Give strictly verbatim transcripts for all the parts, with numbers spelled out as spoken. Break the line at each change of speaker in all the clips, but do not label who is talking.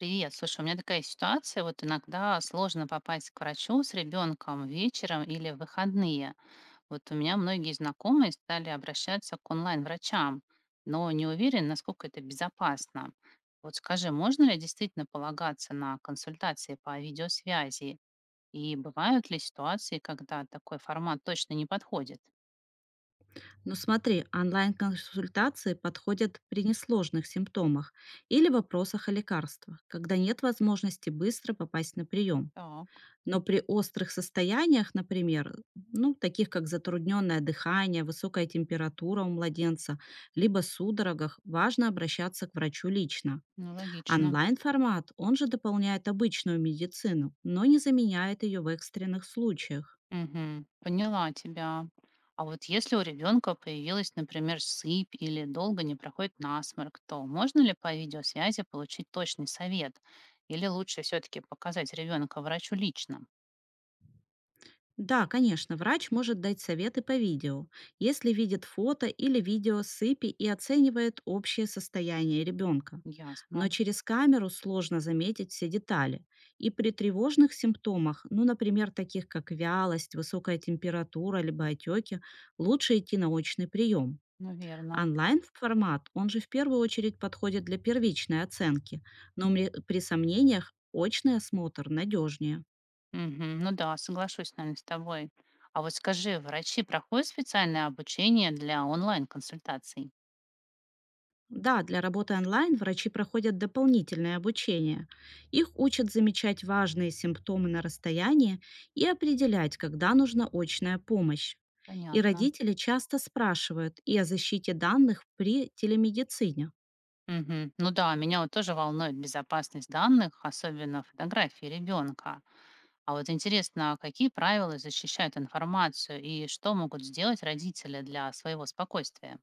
Привет, слушай, у меня такая ситуация, вот иногда сложно попасть к врачу с ребенком вечером или в выходные. Вот у меня многие знакомые стали обращаться к онлайн-врачам, но не уверен, насколько это безопасно. Вот скажи, можно ли действительно полагаться на консультации по видеосвязи? И бывают ли ситуации, когда такой формат точно не подходит?
Но смотри, онлайн-консультации подходят при несложных симптомах или вопросах о лекарствах, когда нет возможности быстро попасть на прием.
Так,
Но при острых состояниях, например, ну, таких как затрудненное дыхание, высокая температура у младенца, либо судорогах, важно обращаться к врачу лично.
ну логично.
Онлайн-формат, он же дополняет обычную медицину, но не заменяет ее в экстренных случаях.
Мгм. Поняла тебя. А вот если у ребенка появилась, например, сыпь или долго не проходит насморк, то можно ли по видеосвязи получить точный совет? Или лучше все-таки показать ребенка врачу лично?
Да, конечно, врач может дать советы по видео, если видит фото или видео сыпи и оценивает общее состояние ребенка.
Ясно.
Но через камеру сложно заметить все детали. И при тревожных симптомах, ну, например, таких как вялость, высокая температура, либо отеки, лучше идти на очный прием.
Ну, верно.
Онлайн-формат, он же в первую очередь подходит для первичной оценки, но мре- при сомнениях очный осмотр надежнее.
Мгм. Ну да, соглашусь, наверное, с тобой. А вот скажи, врачи проходят специальное обучение для онлайн-консультаций?
Да, для работы онлайн врачи проходят дополнительное обучение. Их учат замечать важные симптомы на расстоянии и определять, когда нужна очная помощь. И
Понятно.
родители часто спрашивают и о защите данных при телемедицине.
Мгм. Ну да, меня вот тоже волнует безопасность данных, особенно фотографии ребенка. А вот интересно, какие правила защищают информацию и что могут сделать родители для своего спокойствия?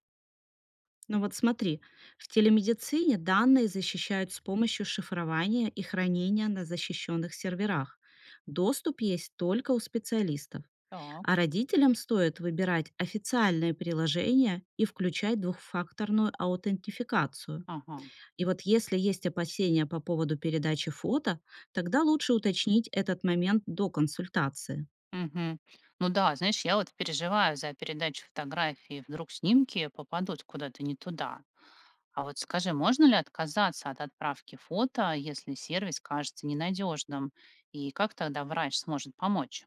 Ну вот смотри, в телемедицине данные защищают с помощью шифрования и хранения на защищенных серверах. Доступ есть только у специалистов.
Так.
А родителям стоит выбирать официальные приложения и включать двухфакторную аутентификацию.
Ага.
И вот если есть опасения по поводу передачи фото, тогда лучше уточнить этот момент до консультации.
Мгм. Ну да, знаешь, я вот переживаю за передачу фотографий, вдруг снимки попадут куда-то не туда. А вот скажи, можно ли отказаться от отправки фото, если сервис кажется ненадежным? И как тогда врач сможет помочь?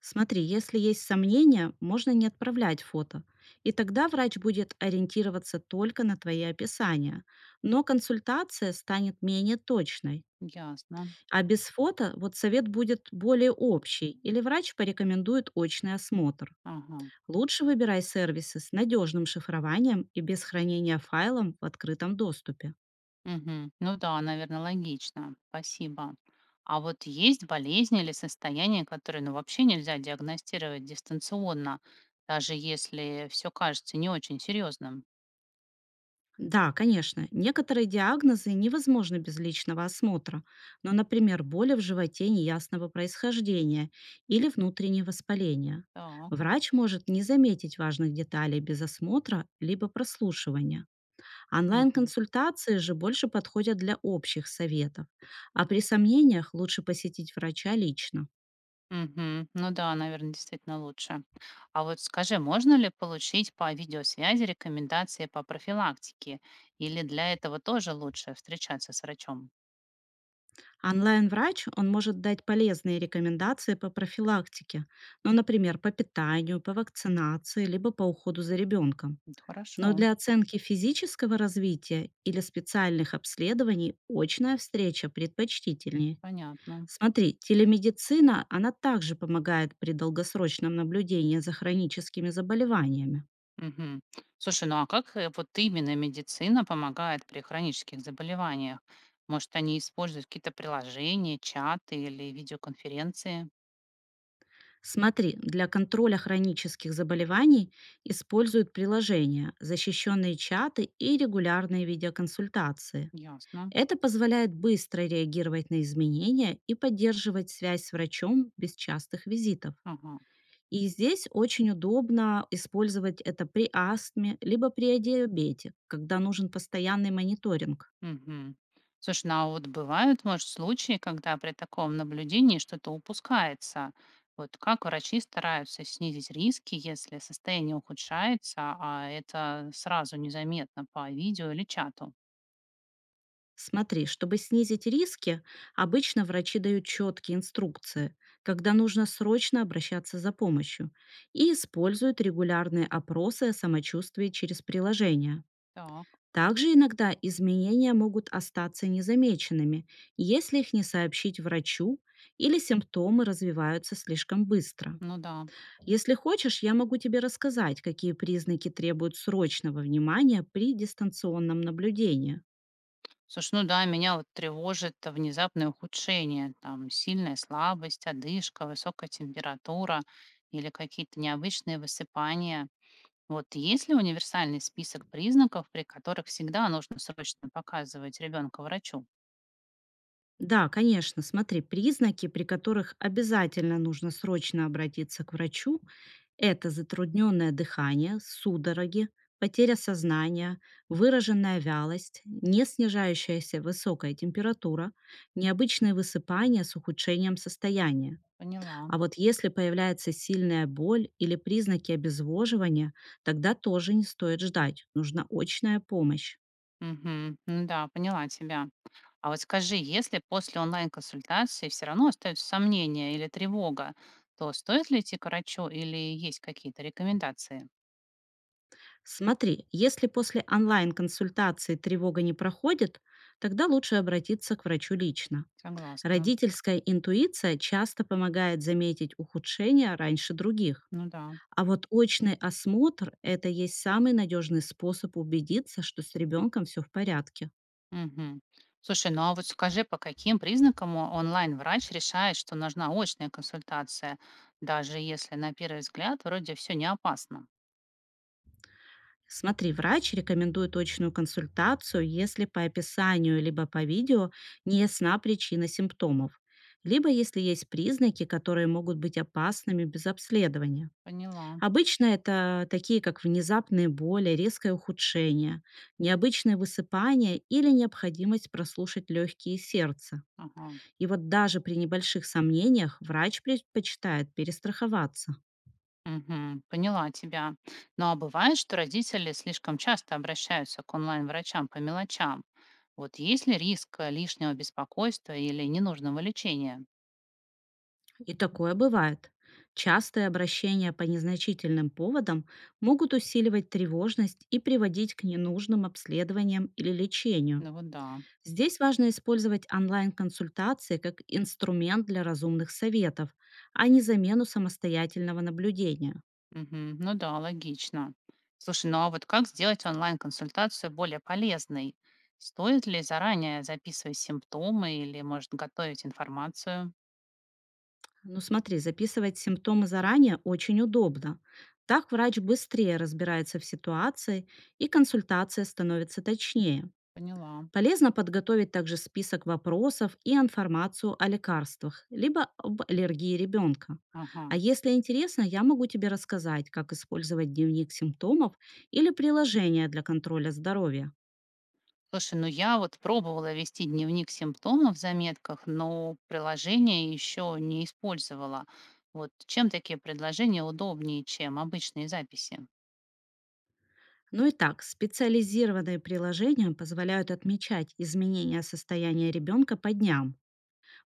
Смотри, если есть сомнения, можно не отправлять фото. И тогда врач будет ориентироваться только на твои описания. Но консультация станет менее точной.
Ясно.
А без фото вот совет будет более общий или врач порекомендует очный осмотр.
Ага.
Лучше выбирай сервисы с надежным шифрованием и без хранения файлов в открытом доступе.
Мгм. Ну да, наверное, логично. Спасибо. А вот есть болезни или состояния, которые ну, вообще нельзя диагностировать дистанционно, даже если все кажется не очень серьезным.
Да, конечно, некоторые диагнозы невозможны без личного осмотра, но, например, боли в животе неясного происхождения или внутреннее воспаление.
Так.
Врач может не заметить важных деталей без осмотра либо прослушивания.
Мгм.
Онлайн-консультации же больше подходят для общих советов, а при сомнениях лучше посетить врача лично.
Мгм. Ну да, наверное, действительно лучше. А вот скажи, можно ли получить по видеосвязи рекомендации по профилактике? Или для этого тоже лучше встречаться с врачом?
Онлайн-врач, он может дать полезные рекомендации по профилактике, ну, например, по питанию, по вакцинации, либо по уходу за ребенком.
Это
Но
хорошо,
для оценки физического развития или специальных обследований очная встреча предпочтительнее.
понятно.
Смотри, телемедицина, она также помогает при долгосрочном наблюдении за хроническими заболеваниями.
Мгм. Слушай, ну а как э, вот именно медицина помогает при хронических заболеваниях? Может, они используют какие-то приложения, чаты или видеоконференции?
Смотри, для контроля хронических заболеваний используют приложения, защищенные чаты и регулярные видеоконсультации.
Ясно.
Это позволяет быстро реагировать на изменения и поддерживать связь с врачом без частых визитов.
Ага.
И здесь очень удобно использовать это при астме, либо при диабете, когда нужен постоянный мониторинг.
Мгм. Слушай, ну а вот бывают, может, случаи, когда при таком наблюдении что-то упускается. Вот как врачи стараются снизить риски, если состояние ухудшается, а это сразу незаметно по видео или чату?
Смотри, чтобы снизить риски, обычно врачи дают четкие инструкции, когда нужно срочно обращаться за помощью, и используют регулярные опросы о самочувствии через приложение.
Так,
Также иногда изменения могут остаться незамеченными, если их не сообщить врачу или симптомы развиваются слишком быстро.
ну да.
Если хочешь, я могу тебе рассказать, какие признаки требуют срочного внимания при дистанционном наблюдении.
Слушай, ну да, меня вот тревожит внезапное ухудшение, там сильная слабость, одышка, высокая температура или какие-то необычные высыпания. Вот есть ли универсальный список признаков, при которых всегда нужно срочно показывать ребенка врачу?
Да, конечно. Смотри, признаки, при которых обязательно нужно срочно обратиться к врачу, это затрудненное дыхание, судороги, потеря сознания, выраженная вялость, не снижающаяся высокая температура, необычные высыпания с ухудшением состояния.
Поняла.
А вот если появляется сильная боль или признаки обезвоживания, тогда тоже не стоит ждать, нужна очная помощь.
Угу. Да, поняла тебя. А вот скажи, если после онлайн-консультации все равно остаются сомнения или тревога, то стоит ли идти к врачу или есть какие-то рекомендации?
Смотри, если после онлайн-консультации тревога не проходит, тогда лучше обратиться к врачу лично.
Согласна.
Родительская интуиция часто помогает заметить ухудшение раньше других.
Ну да.
А вот очный осмотр — это есть самый надежный способ убедиться, что с ребенком все в порядке.
Мгм. Слушай, ну а вот скажи, по каким признакам о- онлайн-врач решает, что нужна очная консультация, даже если на первый взгляд вроде все не опасно?
Смотри, врач рекомендует очную консультацию, если по описанию либо по видео не ясна причина симптомов, либо если есть признаки, которые могут быть опасными без обследования.
Поняла.
Обычно это такие, как внезапные боли, резкое ухудшение, необычное высыпание или необходимость прослушать легкие и сердце.
Ага.
И вот даже при небольших сомнениях врач предпочитает перестраховаться.
Мгм. Поняла тебя. Ну а бывает, что родители слишком часто обращаются к онлайн-врачам по мелочам. Вот есть ли риск э, лишнего беспокойства или ненужного лечения?
И такое бывает. Частые обращения по незначительным поводам могут усиливать тревожность и приводить к ненужным обследованиям или лечению.
Ну вот да.
Здесь важно использовать онлайн-консультации как инструмент для разумных советов, а не замену самостоятельного наблюдения.
Мгм. Ну да, логично. Слушай, ну а вот как сделать онлайн-консультацию более полезной? Стоит ли заранее записывать симптомы или, может, готовить информацию?
Ну смотри, записывать симптомы заранее очень удобно. Так врач быстрее разбирается в ситуации и консультация становится точнее.
Поняла.
Полезно подготовить также список вопросов и информацию о лекарствах, либо об аллергии ребенка.
Ага.
А если интересно, я могу тебе рассказать, как использовать дневник симптомов или приложение для контроля здоровья.
Слушай, ну я вот пробовала вести дневник симптомов в заметках, но приложение еще не использовала. Вот чем такие предложения удобнее, чем обычные записи?
Ну и так, специализированные приложения позволяют отмечать изменения состояния ребенка по дням.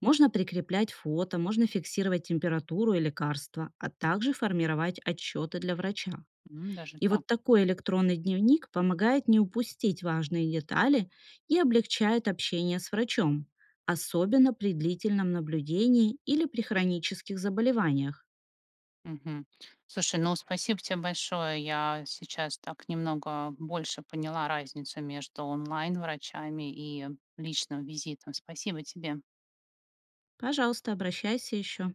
Можно прикреплять фото, можно фиксировать температуру и лекарства, а также формировать отчеты для врача.
М, даже
И вот
так.
такой электронный дневник помогает не упустить важные детали и облегчает общение с врачом, особенно при длительном наблюдении или при хронических заболеваниях.
Мгм. Слушай, ну спасибо тебе большое. Я сейчас так немного больше поняла разницу между онлайн-врачами и личным визитом. Спасибо тебе.
Пожалуйста, обращайся еще.